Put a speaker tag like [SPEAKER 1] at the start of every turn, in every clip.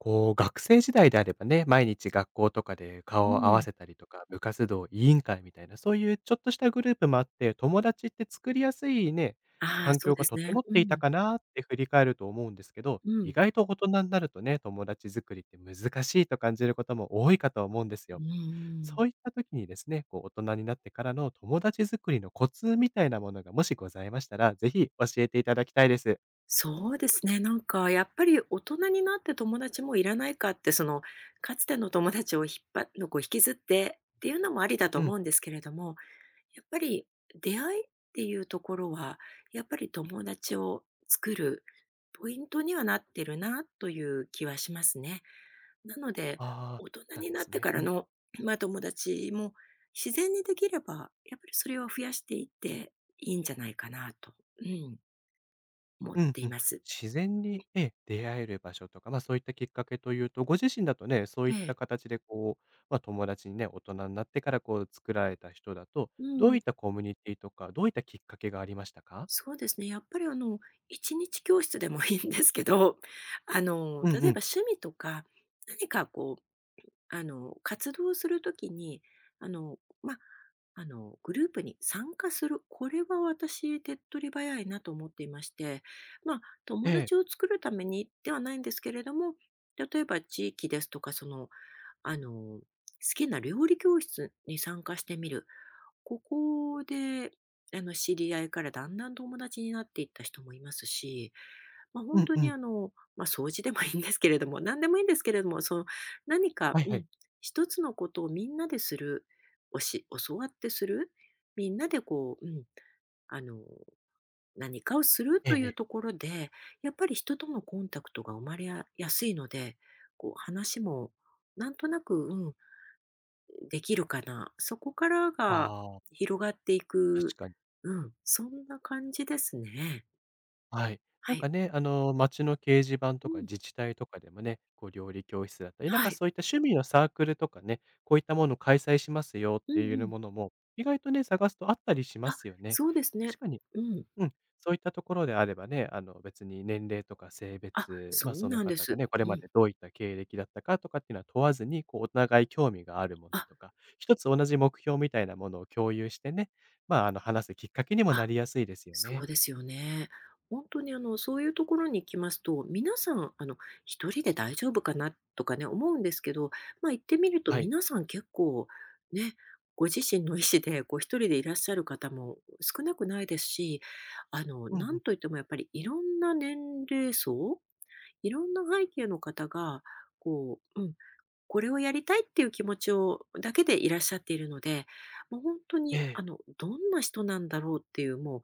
[SPEAKER 1] こう、学生時代であればね、毎日学校とかで
[SPEAKER 2] う
[SPEAKER 1] 顔を合わ
[SPEAKER 2] ん。
[SPEAKER 1] せたりとか、部活動、委員会みたいな、そういうちょっとしたグループもあって、友達って作りやすいね、
[SPEAKER 2] ああ、
[SPEAKER 1] 環
[SPEAKER 2] そう
[SPEAKER 1] 境
[SPEAKER 2] で
[SPEAKER 1] が
[SPEAKER 2] すね。
[SPEAKER 1] 整っ
[SPEAKER 2] う
[SPEAKER 1] ていた
[SPEAKER 2] ん。
[SPEAKER 1] かなって振り返ると思うんですけど、
[SPEAKER 2] う
[SPEAKER 1] 意
[SPEAKER 2] ん。
[SPEAKER 1] 外と大人になるとね、友達作りって難しいと感じることも多いかと思うんです
[SPEAKER 2] うん
[SPEAKER 1] よ。
[SPEAKER 2] うんうん
[SPEAKER 1] そう
[SPEAKER 2] ん。
[SPEAKER 1] いった時にですね、こう大人になってからの友達作りのコツみたいなものがもしございましたら、ぜひ教えていただきたいです。
[SPEAKER 2] そうですね。なんかやっぱり大人になって友達もいらないかって、そのかつての友達を引っ張のこう引きずってっていうのもありだと
[SPEAKER 1] うん。
[SPEAKER 2] 思うんですけれども、やっぱり出会いっていうところは、やっぱり友達を作るポイントにはなってるなという気はしますね。なので、
[SPEAKER 1] ああ、
[SPEAKER 2] 大
[SPEAKER 1] そ
[SPEAKER 2] 人
[SPEAKER 1] うなん
[SPEAKER 2] に
[SPEAKER 1] で
[SPEAKER 2] なっ
[SPEAKER 1] す
[SPEAKER 2] て
[SPEAKER 1] ね。
[SPEAKER 2] か
[SPEAKER 1] う
[SPEAKER 2] ら
[SPEAKER 1] ん。
[SPEAKER 2] の、友達も自然にできれば、やっぱりそれは増やしていっていいんじゃないかなと、思っ
[SPEAKER 1] うん
[SPEAKER 2] て
[SPEAKER 1] う
[SPEAKER 2] い
[SPEAKER 1] ん。
[SPEAKER 2] ます。
[SPEAKER 1] 自然に、ええ、出会える場所とか、まあ、そういったきっかけというと、ご自身だとね、そうい
[SPEAKER 2] え
[SPEAKER 1] った
[SPEAKER 2] え。
[SPEAKER 1] 形でこう、まあ、友達にね、大人になってからこう作られた人だと、
[SPEAKER 2] う
[SPEAKER 1] どう
[SPEAKER 2] ん。
[SPEAKER 1] いったコミュニティとか、どういったきっかけがありましたか？
[SPEAKER 2] そうですね。やっぱり一日教室でもいいんですけど、
[SPEAKER 1] うん
[SPEAKER 2] 例
[SPEAKER 1] う
[SPEAKER 2] え
[SPEAKER 1] ん。
[SPEAKER 2] ば趣味とか、何か活動するときに、あの、ま、あの、グループに参加する、これは私手っ取り早いなと思っていまして、
[SPEAKER 1] え
[SPEAKER 2] 友
[SPEAKER 1] え。
[SPEAKER 2] 達を作るためにではないんですけれども、例えば地域ですとか、好きな料理教室に参加してみる。ここで、知り合いからだんだん友達になっていった人もいますし。
[SPEAKER 1] う
[SPEAKER 2] 本
[SPEAKER 1] ん
[SPEAKER 2] 当
[SPEAKER 1] う
[SPEAKER 2] に
[SPEAKER 1] ん。
[SPEAKER 2] 掃除でもいいんですけれども、何でもいいんですけれども、何か、
[SPEAKER 1] はいはい。
[SPEAKER 2] 一つのことをみんなでする、教わってする、みんなであの、何かをする
[SPEAKER 1] ええ
[SPEAKER 2] とい
[SPEAKER 1] え
[SPEAKER 2] うと
[SPEAKER 1] え。
[SPEAKER 2] ころで、やっぱり人とのコンタクトが生まれややすいので、話もなんとなく、できるかな、そこからが
[SPEAKER 1] ああ、
[SPEAKER 2] 広がってい
[SPEAKER 1] 確
[SPEAKER 2] く、
[SPEAKER 1] かに。
[SPEAKER 2] うん、そんな感じですね。
[SPEAKER 1] はい。な
[SPEAKER 2] は
[SPEAKER 1] ん
[SPEAKER 2] い。
[SPEAKER 1] かね、町の掲示板
[SPEAKER 2] う
[SPEAKER 1] とか
[SPEAKER 2] ん、
[SPEAKER 1] 自治体とかでもね、こう料理教室だったり、なん
[SPEAKER 2] は
[SPEAKER 1] か
[SPEAKER 2] い。
[SPEAKER 1] そういった趣味のサークルとかね、こういったものを開催しますよっ
[SPEAKER 2] うん
[SPEAKER 1] てい
[SPEAKER 2] う
[SPEAKER 1] う
[SPEAKER 2] ん。
[SPEAKER 1] ものも、意外とね、探すとあったりしま
[SPEAKER 2] あ、
[SPEAKER 1] すよね。
[SPEAKER 2] そうですね。
[SPEAKER 1] 確かに、
[SPEAKER 2] うん。
[SPEAKER 1] うん、そういったところであればね、あの別に年齢とか性
[SPEAKER 2] あ、
[SPEAKER 1] 別、
[SPEAKER 2] そ
[SPEAKER 1] まあ
[SPEAKER 2] う
[SPEAKER 1] その
[SPEAKER 2] なんで
[SPEAKER 1] 方が
[SPEAKER 2] す。
[SPEAKER 1] ね、これ
[SPEAKER 2] う
[SPEAKER 1] ま
[SPEAKER 2] ん。
[SPEAKER 1] でどういった経歴だったかとかっていうのは問わずに、こうお互い興味があるも
[SPEAKER 2] あ、
[SPEAKER 1] のとか、一つ同じ目標みたいなものを共有してね、まああの話すきっかけにもな
[SPEAKER 2] あ、
[SPEAKER 1] りやすいですよ
[SPEAKER 2] そ
[SPEAKER 1] ね。
[SPEAKER 2] うですよね。本当にそういうところに行きますと、皆さん、一人で大丈夫かなとかね、思うんですけど、行ってみると
[SPEAKER 1] はい。
[SPEAKER 2] 皆さん結構、ね、ご自身の意思で、一人でいらっしゃる方も少なくないですし、
[SPEAKER 1] うん
[SPEAKER 2] な
[SPEAKER 1] う
[SPEAKER 2] ん
[SPEAKER 1] ん。
[SPEAKER 2] といってもやっぱりいろんな年齢層、いろんな背景の方が、こう、うん、これをやりたいっていう気持ちをだけでいらっしゃっているので、もう本当
[SPEAKER 1] え
[SPEAKER 2] に、
[SPEAKER 1] え
[SPEAKER 2] どんな人なんだろうっていう、も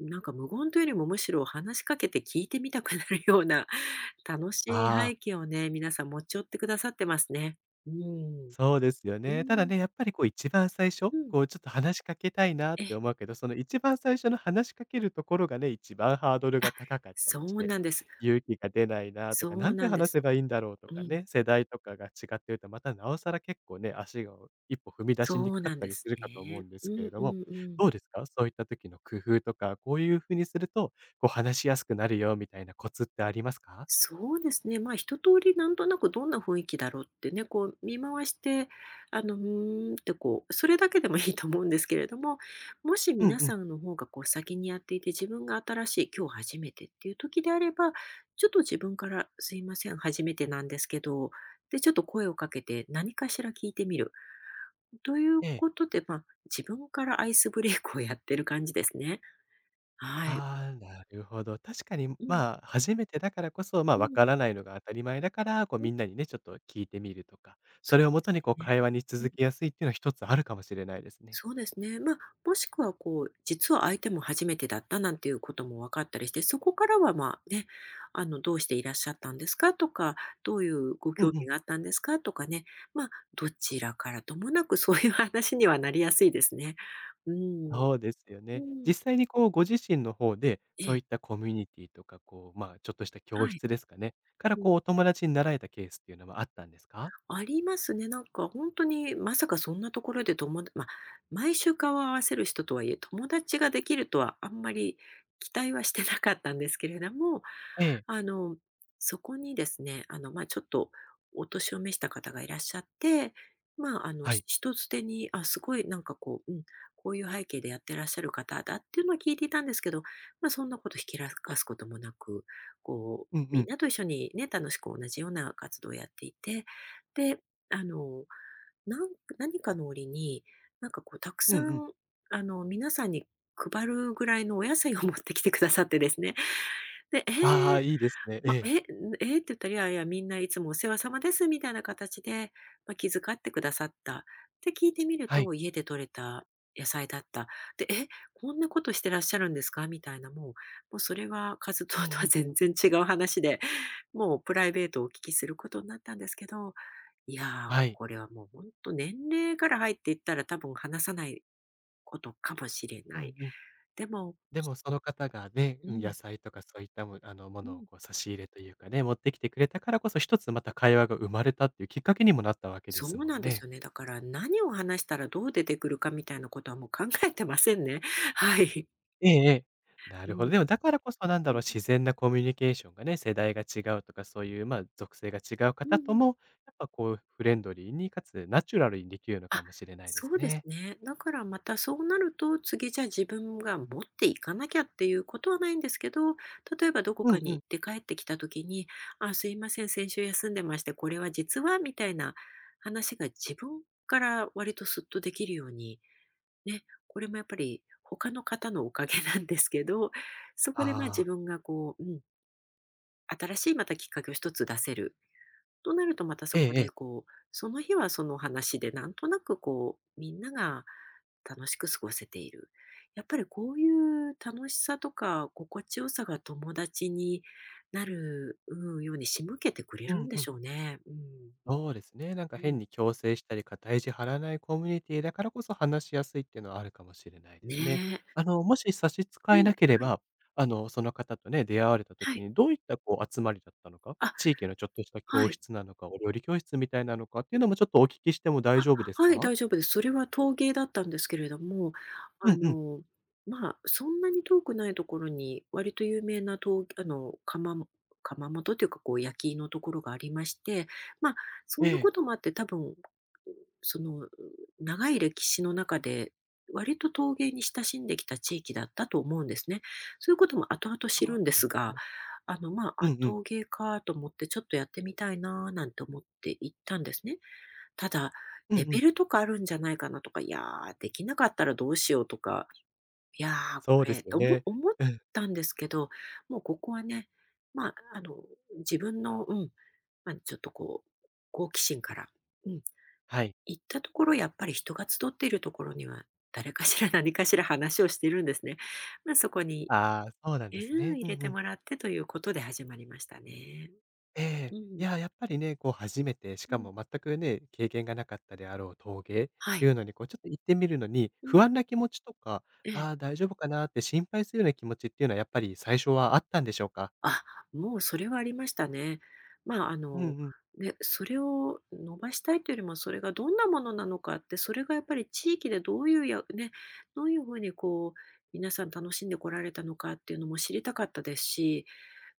[SPEAKER 2] う、なんか無言というよりも、むしろ話しかけて聞いてみたくなるような、楽しい
[SPEAKER 1] ああ、
[SPEAKER 2] 背景をね、皆さん持ち寄ってくださってますね。うん。
[SPEAKER 1] そうですよ
[SPEAKER 2] う
[SPEAKER 1] ね。ただ
[SPEAKER 2] ん、
[SPEAKER 1] ね、やっぱりこう一番最初、
[SPEAKER 2] うん。
[SPEAKER 1] こうちょっと話しかけたいなっ
[SPEAKER 2] ええ。
[SPEAKER 1] て思うけど、その一番最初の話しかけるところがね、一番ハードルが
[SPEAKER 2] あ、
[SPEAKER 1] 高かった
[SPEAKER 2] そ
[SPEAKER 1] りし
[SPEAKER 2] う
[SPEAKER 1] て、
[SPEAKER 2] なんです。
[SPEAKER 1] 勇気が出ないなと
[SPEAKER 2] そ
[SPEAKER 1] か、な
[SPEAKER 2] う
[SPEAKER 1] んて
[SPEAKER 2] なんで
[SPEAKER 1] 話
[SPEAKER 2] す。
[SPEAKER 1] せばいいんだろうと
[SPEAKER 2] う
[SPEAKER 1] か
[SPEAKER 2] ん。
[SPEAKER 1] ね、世代とかが違ってると、またなおさら結構ね、足が一歩踏み出しに
[SPEAKER 2] そ
[SPEAKER 1] く
[SPEAKER 2] う
[SPEAKER 1] かっ
[SPEAKER 2] なん
[SPEAKER 1] た
[SPEAKER 2] で
[SPEAKER 1] りす
[SPEAKER 2] す
[SPEAKER 1] るかと思う
[SPEAKER 2] ね。
[SPEAKER 1] んで
[SPEAKER 2] う
[SPEAKER 1] すけれ
[SPEAKER 2] ん
[SPEAKER 1] ど
[SPEAKER 2] う
[SPEAKER 1] も、
[SPEAKER 2] んうん。
[SPEAKER 1] どうですかそういった時の工夫とか、こういうふうにすると、こう話しやすくなるよみたいなコツってありますか。
[SPEAKER 2] そうですね。一通りなんとなくどんな雰囲気だろうってね、見回して、うーんってそれだけでもいいと思うんですけれども、もし
[SPEAKER 1] うん
[SPEAKER 2] 皆
[SPEAKER 1] う
[SPEAKER 2] さ
[SPEAKER 1] ん。
[SPEAKER 2] んの方が先にやっていて、自分が新しい、今日初めてっていう時であれば、ちょっと自分から、すいません、初めてなんですけど、で、ちょっと声をかけて、何かしら聞いてみる。という
[SPEAKER 1] ええ。
[SPEAKER 2] ことで、自分からアイスブレイクをやってる感じですね。はい。
[SPEAKER 1] ああ、なるほど。確かに、
[SPEAKER 2] うん、
[SPEAKER 1] まあ、初めてだからこそ、まあ、
[SPEAKER 2] う
[SPEAKER 1] わ
[SPEAKER 2] ん、
[SPEAKER 1] からないのが当たり前だから、こう、
[SPEAKER 2] うん、
[SPEAKER 1] みんなにね、ちょっと聞いてみるとか、そ
[SPEAKER 2] そう
[SPEAKER 1] れ
[SPEAKER 2] で
[SPEAKER 1] をもとに、
[SPEAKER 2] す
[SPEAKER 1] こう、
[SPEAKER 2] ね。
[SPEAKER 1] 会話に
[SPEAKER 2] うん。
[SPEAKER 1] 続きやすいっていうのは一つあるかもしれないですね。
[SPEAKER 2] そうですね。もしくは実は相手も初めてだったなんていうことも分かったりして、そこからは、ね、どうしていらっしゃったんですかとか、どういうご
[SPEAKER 1] う
[SPEAKER 2] 興
[SPEAKER 1] んう
[SPEAKER 2] 味
[SPEAKER 1] ん。
[SPEAKER 2] があったんですかとかね、どちらからともなくそういう話にはなりやすいですね。うん。
[SPEAKER 1] そうですよ
[SPEAKER 2] う
[SPEAKER 1] ね。
[SPEAKER 2] ん。
[SPEAKER 1] 実際に、こう、ご自身の方で、
[SPEAKER 2] え
[SPEAKER 1] そうい
[SPEAKER 2] え。
[SPEAKER 1] ったコミュニティとか、こう、まあ、ちょっとした
[SPEAKER 2] は
[SPEAKER 1] 教
[SPEAKER 2] い。
[SPEAKER 1] 室ですかね、からこう、お友達になられたケースっていうのはあったんですか？
[SPEAKER 2] ありますね。なんか本当にまさかそんなところで毎週顔を合わせる人とはいえ、友達ができるとはあんまり期待はしてなかったんですけれども、
[SPEAKER 1] ええ、
[SPEAKER 2] あの、そこにですね、ちょっとお年を召した方がいらっしゃって、
[SPEAKER 1] はい。
[SPEAKER 2] 人づてに、あ、すごいなんかこういう背景でやってらっしゃる方だっていうのは聞いていたんですけど、そんなことひきらかすこともなく、
[SPEAKER 1] うんう
[SPEAKER 2] みん
[SPEAKER 1] ん。
[SPEAKER 2] なと一緒にね、楽しく同じような活動をやっていて、で、あの、なん何かの折に、なんかたく
[SPEAKER 1] うんう
[SPEAKER 2] さ
[SPEAKER 1] ん。
[SPEAKER 2] ん、皆さんに配るぐらいのお野菜を持ってきてくださってですね。で、
[SPEAKER 1] ああ、いいですね。ええ。
[SPEAKER 2] ええって言ったら、いやいや、みんないつもお世話様ですみたいな形で、気遣ってくださったって聞いてみる
[SPEAKER 1] はい。
[SPEAKER 2] と、家で採れた野菜だった。で、こんなことしてらっしゃるんですかみたいな、もうそれは活動
[SPEAKER 1] う
[SPEAKER 2] と
[SPEAKER 1] んう
[SPEAKER 2] は
[SPEAKER 1] ん。
[SPEAKER 2] 全然違う話で、もうプライベートをお聞きすることになったんですけど、いやー、
[SPEAKER 1] はい。
[SPEAKER 2] これはもう本当年齢から入っていったら多分話さないことかもしれ
[SPEAKER 1] う
[SPEAKER 2] ない。
[SPEAKER 1] んうん。
[SPEAKER 2] でも
[SPEAKER 1] でもその方がね、
[SPEAKER 2] う
[SPEAKER 1] うん、
[SPEAKER 2] ん、
[SPEAKER 1] 野菜とかそういったもも
[SPEAKER 2] う
[SPEAKER 1] のを
[SPEAKER 2] ん、
[SPEAKER 1] こう差し入れというかね、持ってきてくれたからこそ、一つまた会話が生まれたっていうきっかけにもなったわけで
[SPEAKER 2] そ
[SPEAKER 1] す
[SPEAKER 2] う
[SPEAKER 1] も
[SPEAKER 2] な
[SPEAKER 1] ん
[SPEAKER 2] んです
[SPEAKER 1] ね。
[SPEAKER 2] よね。だから何を話したらどう出てくるかみたいなことはもう考えてませんね。はい。
[SPEAKER 1] ええええ。な
[SPEAKER 2] う
[SPEAKER 1] るほど。
[SPEAKER 2] ん。
[SPEAKER 1] でもだからこそなんだ
[SPEAKER 2] う
[SPEAKER 1] ろ
[SPEAKER 2] ん、
[SPEAKER 1] う、自然なコミュニケーションがね、世代が違うとかそういう、まあ、属性が違う
[SPEAKER 2] う
[SPEAKER 1] 方と
[SPEAKER 2] ん。
[SPEAKER 1] も、やっぱこうフレンドリーに、かつナチュラルにできるのか
[SPEAKER 2] あ、
[SPEAKER 1] もしれないです
[SPEAKER 2] そうです
[SPEAKER 1] ね。
[SPEAKER 2] ね。だからまたそうなると、次じゃあ自分が持っていかなきゃっていうことはないんですけど、例えばどこ
[SPEAKER 1] うん
[SPEAKER 2] かに
[SPEAKER 1] う
[SPEAKER 2] 行
[SPEAKER 1] ん。
[SPEAKER 2] って帰ってきた時に、あ、すいません、先週休んでまして、これは実は、みたいな話が自分から割とスッとできるように、ね、これもやっぱり他の方のおかげなんですけど、そこで自
[SPEAKER 1] ああ、
[SPEAKER 2] 分が新しいまたきっかけを一つ出せる。となるとまたそ
[SPEAKER 1] え
[SPEAKER 2] こ
[SPEAKER 1] ええ
[SPEAKER 2] で
[SPEAKER 1] え。
[SPEAKER 2] その日はその話でなんとなくみんなが楽しく過ごせている。やっぱりこういう楽しさとか心地よさが友達になる、ように仕向けてくれ
[SPEAKER 1] う
[SPEAKER 2] るん
[SPEAKER 1] ん
[SPEAKER 2] で
[SPEAKER 1] う
[SPEAKER 2] し
[SPEAKER 1] ん。
[SPEAKER 2] ょうね。うん。
[SPEAKER 1] そうですね。なんか
[SPEAKER 2] うん。
[SPEAKER 1] 変に強制したり、肩肘張らないコミュニティだからこそ話しやすいっていうのはあるかもしれないですね。
[SPEAKER 2] ねえ。
[SPEAKER 1] もし差し支
[SPEAKER 2] はい、
[SPEAKER 1] え
[SPEAKER 2] は
[SPEAKER 1] なけれ
[SPEAKER 2] い、
[SPEAKER 1] ば、その方とね、出会われた
[SPEAKER 2] は
[SPEAKER 1] 時
[SPEAKER 2] い。
[SPEAKER 1] にどういったこう集まりだったのか、
[SPEAKER 2] あ、
[SPEAKER 1] 地域のちょっとした
[SPEAKER 2] は
[SPEAKER 1] 教
[SPEAKER 2] い。
[SPEAKER 1] 室なのか、お料理教室みたいなのかっていうのもちょっとお聞きしても大
[SPEAKER 2] あ、
[SPEAKER 1] 丈夫です
[SPEAKER 2] はい、
[SPEAKER 1] か？
[SPEAKER 2] 大丈夫です。それは陶芸だったんですけれども、
[SPEAKER 1] う
[SPEAKER 2] あ
[SPEAKER 1] んうん。
[SPEAKER 2] の、そんなに遠くないところに、割と有名な陶あの、窯元というか、焼きのところがありまして、まあ、そ
[SPEAKER 1] え
[SPEAKER 2] んな
[SPEAKER 1] え。
[SPEAKER 2] こともあって、多分、その、長い歴史の中で、割と陶芸に親しんできた地域だったと思うんですね。そういうことも後々知
[SPEAKER 1] あ
[SPEAKER 2] る
[SPEAKER 1] あ、
[SPEAKER 2] んで
[SPEAKER 1] な
[SPEAKER 2] す
[SPEAKER 1] るほ
[SPEAKER 2] が、
[SPEAKER 1] ど。うん
[SPEAKER 2] あ、
[SPEAKER 1] うん。
[SPEAKER 2] 陶芸かと思って、ちょっとやってみたいななんて思って行ったんですね。ただ、
[SPEAKER 1] うん
[SPEAKER 2] レ
[SPEAKER 1] う
[SPEAKER 2] ベ
[SPEAKER 1] ん。
[SPEAKER 2] ルとかあるんじゃないかなとか、いやー、できなかったらどうしようとか、いやー、こ
[SPEAKER 1] そうで
[SPEAKER 2] れ
[SPEAKER 1] すよ
[SPEAKER 2] と思
[SPEAKER 1] ね。
[SPEAKER 2] 思っ
[SPEAKER 1] うん。
[SPEAKER 2] たんですけど、もうここはね、まあ、あの、自分の、ちょっと好奇心から、うん、
[SPEAKER 1] はい。
[SPEAKER 2] 行ったところやっぱり人が集っているところには、誰かしら何かしら話をしているんですね。そこに、
[SPEAKER 1] ああ、そうなん
[SPEAKER 2] う
[SPEAKER 1] ですね。
[SPEAKER 2] 入
[SPEAKER 1] う
[SPEAKER 2] れ
[SPEAKER 1] んう
[SPEAKER 2] て
[SPEAKER 1] ん。
[SPEAKER 2] もらってということで始まりましたね。
[SPEAKER 1] ええ。
[SPEAKER 2] う
[SPEAKER 1] い
[SPEAKER 2] ん、
[SPEAKER 1] や、やっぱりね、こう初めて、し
[SPEAKER 2] う
[SPEAKER 1] か
[SPEAKER 2] ん。
[SPEAKER 1] も全くね、経験がなかったであろう陶芸っ
[SPEAKER 2] は
[SPEAKER 1] て
[SPEAKER 2] い。
[SPEAKER 1] いうのに、こうちょっと行ってみるのに、
[SPEAKER 2] うん、
[SPEAKER 1] 不安な気持ちとか、
[SPEAKER 2] え
[SPEAKER 1] あ
[SPEAKER 2] え。
[SPEAKER 1] あ、大丈夫かなって心配するような気持ちっていうのは、やっぱり最初はあったんでしょうか？
[SPEAKER 2] あ、もうそれはありましたね。まあ、
[SPEAKER 1] うんうん。
[SPEAKER 2] ね、それを伸ばしたいというよりも、それがどんなものなのかって、それがやっぱり地域でどういうやね、どういうふうにこう、皆さん楽しんでこられたのかっていうのも知りたかったですし、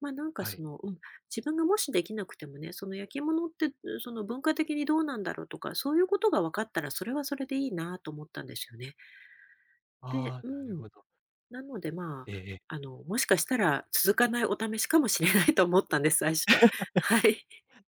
[SPEAKER 2] まあ、なんか
[SPEAKER 1] は
[SPEAKER 2] そ
[SPEAKER 1] い。
[SPEAKER 2] の、自分がもしできなくてもね、その焼き物って、その文化的にどうなんだろうとか、そういうことが分かったら、それはそれでいいなと思ったんですよね。で
[SPEAKER 1] ああ、なるほど。
[SPEAKER 2] なので、ま
[SPEAKER 1] ええええ。
[SPEAKER 2] あ、もしかしたら続かないお試しかもしれないと思ったんです、最初は。はい。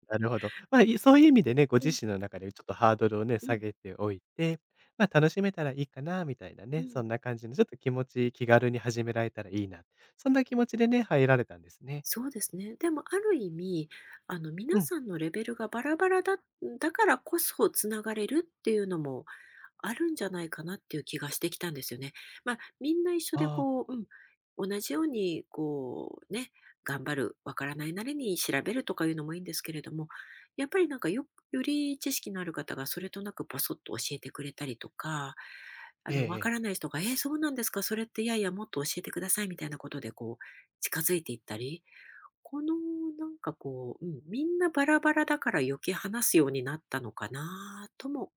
[SPEAKER 1] なるほど。ま
[SPEAKER 2] う
[SPEAKER 1] あ、
[SPEAKER 2] ん
[SPEAKER 1] いそういう意味でね、ご
[SPEAKER 2] う
[SPEAKER 1] 自
[SPEAKER 2] ん、
[SPEAKER 1] 身の中でちょっとハードルをね、
[SPEAKER 2] う
[SPEAKER 1] 下
[SPEAKER 2] ん、
[SPEAKER 1] げておいて、まあ、楽しめたらいいかなみたいな
[SPEAKER 2] う
[SPEAKER 1] ね、そ
[SPEAKER 2] ん。
[SPEAKER 1] んな感じのちょっと気持ち、気軽に始められたらいいな、そんな気持ちでね、入られたんですね。
[SPEAKER 2] そうですね。でもある意味、あの皆
[SPEAKER 1] うん。
[SPEAKER 2] さんのレベルがバラバラだからこそつながれるっていうのもあるんじゃないかなっていう気がしてきたんですよね。まあ、みんな一緒で
[SPEAKER 1] ああ、
[SPEAKER 2] こう、同じようにこうね、頑張る、わからないなりに調べるとかいうのもいいんですけれども、やっぱりなんかよ、より知識のある方がそれとなくポソッと教えてくれたりとか、
[SPEAKER 1] えええ
[SPEAKER 2] わか
[SPEAKER 1] え。
[SPEAKER 2] らない人が、えーそうなんですか、それっていやいやもっと教えてくださいみたいなことでこう、近づいていったり、このなんかこう、みんなバラバラだから余計話すようになったのかなとも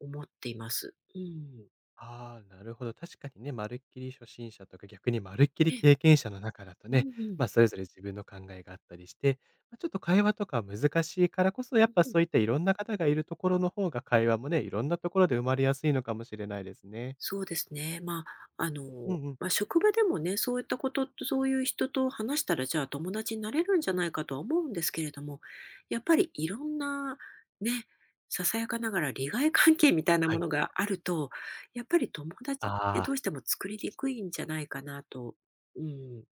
[SPEAKER 2] 思っています。うん。
[SPEAKER 1] ああ、なるほど。確かにね、まるっきり初心者とか、逆にまるっきり
[SPEAKER 2] え
[SPEAKER 1] 経験者の中だと
[SPEAKER 2] う
[SPEAKER 1] ね、
[SPEAKER 2] んうん。
[SPEAKER 1] ま、それぞれ自分の考えがあったりして、まあ、ちょっと会話とか難しいからこそ、や
[SPEAKER 2] う
[SPEAKER 1] っぱ
[SPEAKER 2] ん。
[SPEAKER 1] そういったいろんな方がいるところの方が、会話もね、いろんなところで生まれやすいのかもしれないですね。
[SPEAKER 2] そうですね。まあ、
[SPEAKER 1] うんうん。
[SPEAKER 2] まあ、職場でもね、そういったこと、そういう人と話したら、じゃあ友達になれるんじゃないかとは思うんですけれども、やっぱりいろんなね、ささやかながら利害関係みたいな
[SPEAKER 1] は
[SPEAKER 2] も
[SPEAKER 1] い。
[SPEAKER 2] のがあると、やっぱり友達って
[SPEAKER 1] あ
[SPEAKER 2] どう
[SPEAKER 1] あ。
[SPEAKER 2] しても作りにくいんじゃないかなと、うん、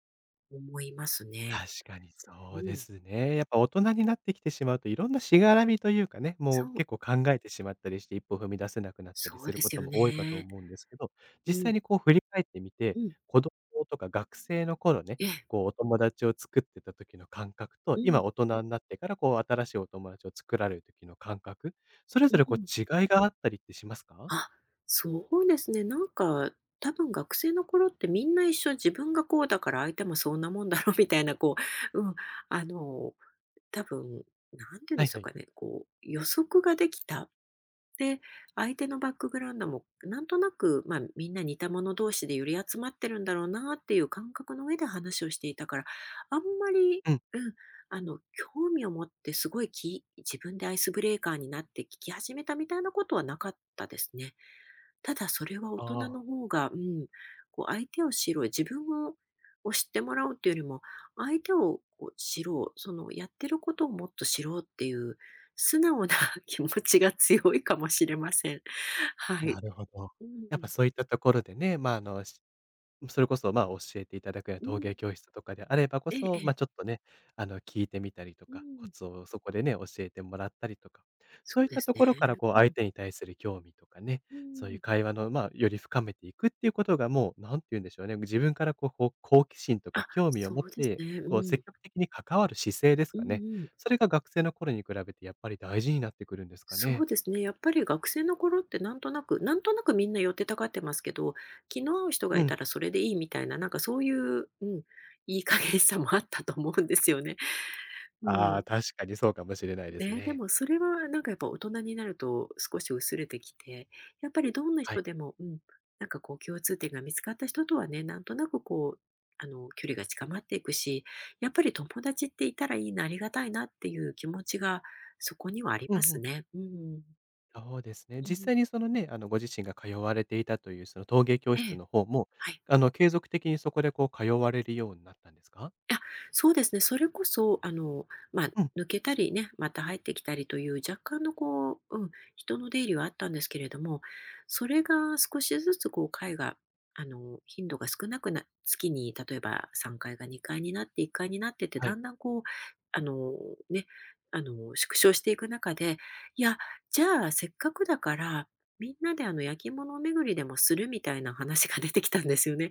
[SPEAKER 2] 思いますね。
[SPEAKER 1] 確かに
[SPEAKER 2] う
[SPEAKER 1] そうで
[SPEAKER 2] ん。
[SPEAKER 1] すね。やっぱ大人になってきてしまうと、いろんなしがらみというかね、も
[SPEAKER 2] そ
[SPEAKER 1] う
[SPEAKER 2] う、
[SPEAKER 1] 結構考えてしまったりして、一歩踏み出せなくなったり
[SPEAKER 2] そう
[SPEAKER 1] する
[SPEAKER 2] で
[SPEAKER 1] こ
[SPEAKER 2] す
[SPEAKER 1] と
[SPEAKER 2] よ
[SPEAKER 1] も多いかと
[SPEAKER 2] ね。
[SPEAKER 1] 思うんですけど、
[SPEAKER 2] う
[SPEAKER 1] 実
[SPEAKER 2] ん、
[SPEAKER 1] 際にこう振り返ってみて、
[SPEAKER 2] うん。
[SPEAKER 1] 子供とか学生の頃ね、
[SPEAKER 2] ええ。
[SPEAKER 1] こうお友達を作ってた時の感覚
[SPEAKER 2] う
[SPEAKER 1] と、
[SPEAKER 2] ん、
[SPEAKER 1] 今大人になってからこう新しいお友達を作られる時の感覚、それ
[SPEAKER 2] う
[SPEAKER 1] ぞれこ
[SPEAKER 2] ん。
[SPEAKER 1] う違いがあったりってしますか。
[SPEAKER 2] あ、そうですね。なんか、多分学生の頃ってみんな一緒、自分がこうだから相手もそんなもんだろう みたいな、こう、あの、多分、なんて言うん
[SPEAKER 1] は
[SPEAKER 2] で
[SPEAKER 1] い
[SPEAKER 2] しょ
[SPEAKER 1] は
[SPEAKER 2] う
[SPEAKER 1] い。
[SPEAKER 2] かね、こう予測ができたで、相手のバックグラウンドもなんとなく、まあ、みんな似た者同士で寄り集まってるんだろうなっていう感覚の上で話をしていたから、あんまり、
[SPEAKER 1] うん。
[SPEAKER 2] うん、あの、興味を持ってすごいき自分でアイスブレーカーになって聞き始めたみたいなことはなかったですね。ただそれは大人
[SPEAKER 1] ああ、
[SPEAKER 2] の方が、こう相手を知ろう、自分を知ってもらおうっていうよりも、相手をこう知ろう、そのやってることをもっと知ろうっていう素直な 気持ちが強いかもしれません。は
[SPEAKER 1] な
[SPEAKER 2] い。
[SPEAKER 1] るほど。
[SPEAKER 2] う
[SPEAKER 1] やっぱ
[SPEAKER 2] ん。
[SPEAKER 1] そういったところでね、まあ、あの、それこそ、まあ、教えていただくような
[SPEAKER 2] う
[SPEAKER 1] 陶
[SPEAKER 2] ん。
[SPEAKER 1] 芸教室とかであればこ
[SPEAKER 2] ええ、
[SPEAKER 1] そ、
[SPEAKER 2] え
[SPEAKER 1] まあ、
[SPEAKER 2] え。
[SPEAKER 1] ちょっとね、聞いてみたりと
[SPEAKER 2] う
[SPEAKER 1] か、コ
[SPEAKER 2] ん。
[SPEAKER 1] ツをそこでね、教えてもらったりとか、そ
[SPEAKER 2] そ
[SPEAKER 1] うい
[SPEAKER 2] う
[SPEAKER 1] っ
[SPEAKER 2] で
[SPEAKER 1] た
[SPEAKER 2] す
[SPEAKER 1] と
[SPEAKER 2] ね。
[SPEAKER 1] ころから、こう、
[SPEAKER 2] う
[SPEAKER 1] 相
[SPEAKER 2] ん。
[SPEAKER 1] 手に対する興味とかね、
[SPEAKER 2] う
[SPEAKER 1] そうい
[SPEAKER 2] ん。
[SPEAKER 1] う会話の、まあ、より深めていくっていうことが、もう、なんて言うんでしょうね、自分から、こう、こう好奇心とか
[SPEAKER 2] あ、
[SPEAKER 1] 興味を
[SPEAKER 2] そ
[SPEAKER 1] 持っ
[SPEAKER 2] うです
[SPEAKER 1] て、
[SPEAKER 2] ね。う
[SPEAKER 1] こう、
[SPEAKER 2] ん。
[SPEAKER 1] 積極的に関わる姿勢です
[SPEAKER 2] うん
[SPEAKER 1] かね。
[SPEAKER 2] うん。
[SPEAKER 1] それが学生の頃に比べてやっぱり大事になってくるんですか
[SPEAKER 2] そ
[SPEAKER 1] ね。
[SPEAKER 2] うですね。やっぱり学生の頃ってなんとなくみんな寄ってたがってますけど、気の合う人が
[SPEAKER 1] う
[SPEAKER 2] い
[SPEAKER 1] ん。
[SPEAKER 2] たらそれでいいみたいな、なんかそういう、いい加減さもあったと思うんですよね。う
[SPEAKER 1] あ
[SPEAKER 2] ん。
[SPEAKER 1] あ、確かにそうかもしれないです
[SPEAKER 2] え、で
[SPEAKER 1] ね。
[SPEAKER 2] もそれはなんかやっぱ大人になると少し薄れてきて、やっぱりどんな
[SPEAKER 1] は
[SPEAKER 2] 人
[SPEAKER 1] い。
[SPEAKER 2] でも、なんかこう共通点が見つかった人とはね、なんとなくこう、距離が近まっていくし、やっぱり友達っていたらいいな、ありがたいなっていう気持ちがそこにはあり
[SPEAKER 1] うん
[SPEAKER 2] ま
[SPEAKER 1] う
[SPEAKER 2] す
[SPEAKER 1] ん。
[SPEAKER 2] ね。うん。
[SPEAKER 1] そうですね。
[SPEAKER 2] う
[SPEAKER 1] 実
[SPEAKER 2] ん。
[SPEAKER 1] 際にそのね、ご自身が通われていたというその陶芸教
[SPEAKER 2] え
[SPEAKER 1] 室
[SPEAKER 2] え。
[SPEAKER 1] の方も、
[SPEAKER 2] はい。
[SPEAKER 1] 継続的にそこでこう通われるようになったんですか？
[SPEAKER 2] あ、そうですね。それこそ、まあ、
[SPEAKER 1] うん、
[SPEAKER 2] 抜けたりね、また入ってきたりという若干のこう、人の出入りはあったんですけれども、それが少しずつこう、回が、頻度が少なくな、月に例えば3回が2回になって1回になってって、
[SPEAKER 1] は
[SPEAKER 2] だ
[SPEAKER 1] い。
[SPEAKER 2] んだんこう、あの、ね、縮小していく中で、いや、じゃあせっかくだから、みんなで焼き物巡りでもするみたいな話が出てきたんですよね。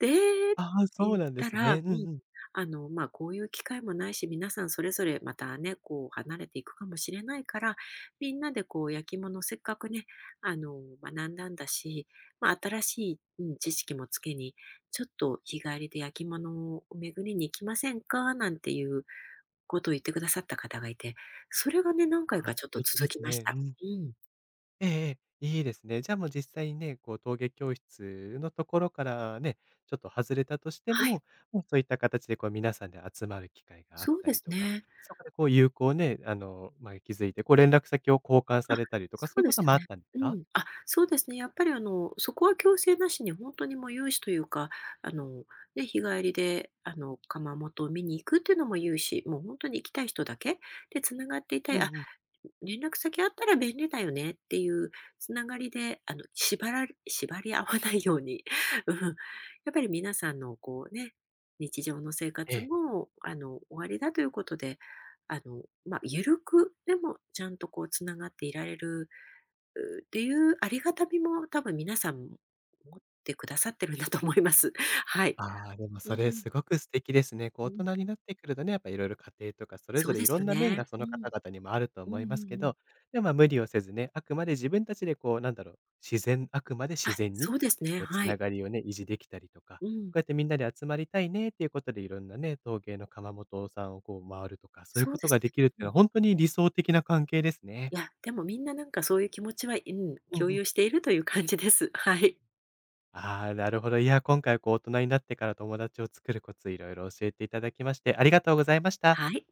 [SPEAKER 2] で、って
[SPEAKER 1] ああ、そ
[SPEAKER 2] 言っ
[SPEAKER 1] うなんで
[SPEAKER 2] た
[SPEAKER 1] すね。
[SPEAKER 2] ら、
[SPEAKER 1] うんうん。
[SPEAKER 2] まあ、こういう機会もないし、皆さんそれぞれまたね、こう離れていくかもしれないから、みんなでこう焼き物せっかくね、学んだんだし、まあ、新しい、知識もつけに、ちょっと日帰りで焼き物を巡りに行きませんかなんていうことを言ってくださった方がいて、それがね、何回
[SPEAKER 1] ああ、
[SPEAKER 2] かち
[SPEAKER 1] 素
[SPEAKER 2] ょっと
[SPEAKER 1] 敵
[SPEAKER 2] 続
[SPEAKER 1] で
[SPEAKER 2] き
[SPEAKER 1] す
[SPEAKER 2] まし
[SPEAKER 1] ね。
[SPEAKER 2] た。
[SPEAKER 1] うん。
[SPEAKER 2] うん。
[SPEAKER 1] ええええ、いいですね。じゃあもう実際にね、こう陶芸教室のところからね、ちょっと外れたとして
[SPEAKER 2] はい。
[SPEAKER 1] も、もうそういった形でこう皆さんで集まる機会があっ
[SPEAKER 2] そう
[SPEAKER 1] た
[SPEAKER 2] で
[SPEAKER 1] り
[SPEAKER 2] す
[SPEAKER 1] とか、
[SPEAKER 2] ね。
[SPEAKER 1] そこでこう友好をね、まあ、気づいて、こう連絡先を交換さ
[SPEAKER 2] あ、
[SPEAKER 1] れたりとか、
[SPEAKER 2] そ
[SPEAKER 1] そう
[SPEAKER 2] う
[SPEAKER 1] いう
[SPEAKER 2] で
[SPEAKER 1] こ
[SPEAKER 2] す
[SPEAKER 1] と
[SPEAKER 2] よ
[SPEAKER 1] もあっ
[SPEAKER 2] ね。
[SPEAKER 1] たんです
[SPEAKER 2] う
[SPEAKER 1] か？
[SPEAKER 2] ん。あ、そうですね。やっぱりあの、そこは強制なしに本当にもう有志というか、あの、ね、日帰りで窯元を見に行くっていうのも有志、もう本当に行きたい人だけで繋がっていたい、
[SPEAKER 1] う
[SPEAKER 2] あ、
[SPEAKER 1] んうん。
[SPEAKER 2] 連絡先あったら便利だよねっていうつながりで、縛られ縛り合わないように、うん、やっぱり皆さんのこうね、日常の生
[SPEAKER 1] え
[SPEAKER 2] 活
[SPEAKER 1] え。
[SPEAKER 2] も、終わりだということで、まあ、ゆるく、でもちゃんとこうつながっていられる、うっていうありがたみも多分皆さん持ってくださってるんだと思います。はい。
[SPEAKER 1] ああ、でも
[SPEAKER 2] う
[SPEAKER 1] そ
[SPEAKER 2] んう
[SPEAKER 1] れ
[SPEAKER 2] ん、
[SPEAKER 1] すごく素敵ですね。こう
[SPEAKER 2] う
[SPEAKER 1] 大
[SPEAKER 2] ん、
[SPEAKER 1] 人になってくるとね、やっぱいろいろ家庭とかそれ
[SPEAKER 2] そ
[SPEAKER 1] ぞ
[SPEAKER 2] う
[SPEAKER 1] れ
[SPEAKER 2] で
[SPEAKER 1] い
[SPEAKER 2] す
[SPEAKER 1] ろ
[SPEAKER 2] よ
[SPEAKER 1] んな面
[SPEAKER 2] ね。
[SPEAKER 1] がそ
[SPEAKER 2] う
[SPEAKER 1] の
[SPEAKER 2] ん。
[SPEAKER 1] 方々にもあると
[SPEAKER 2] うんうん
[SPEAKER 1] 思いますけ
[SPEAKER 2] うん。
[SPEAKER 1] ど、でもまあ無理をせずね、あくまで自分たちでこうなんだろう、自然あくまで自
[SPEAKER 2] あ、
[SPEAKER 1] 然に
[SPEAKER 2] そうですね、
[SPEAKER 1] こうつ
[SPEAKER 2] は
[SPEAKER 1] な
[SPEAKER 2] い。
[SPEAKER 1] がりをね、維持できたりとか、
[SPEAKER 2] うん、
[SPEAKER 1] こうやってみんなで集まりたいねっていうことでいろんなね、陶芸の窯元さんをこう回るとか、そういう
[SPEAKER 2] そう
[SPEAKER 1] こ
[SPEAKER 2] で
[SPEAKER 1] と
[SPEAKER 2] す
[SPEAKER 1] が
[SPEAKER 2] ね。
[SPEAKER 1] できるっていう
[SPEAKER 2] う
[SPEAKER 1] の
[SPEAKER 2] ん。
[SPEAKER 1] は本当に理想的な関係ですね。
[SPEAKER 2] いや、でもみんななんかそういう気持ちは、
[SPEAKER 1] うん
[SPEAKER 2] 共
[SPEAKER 1] うん。
[SPEAKER 2] 有しているという感じです。はい。
[SPEAKER 1] ああ、なるほど。いや、今回こう大人になってから友達を作るコツいろいろ教えていただきまして、ありがとうございました。
[SPEAKER 2] はい。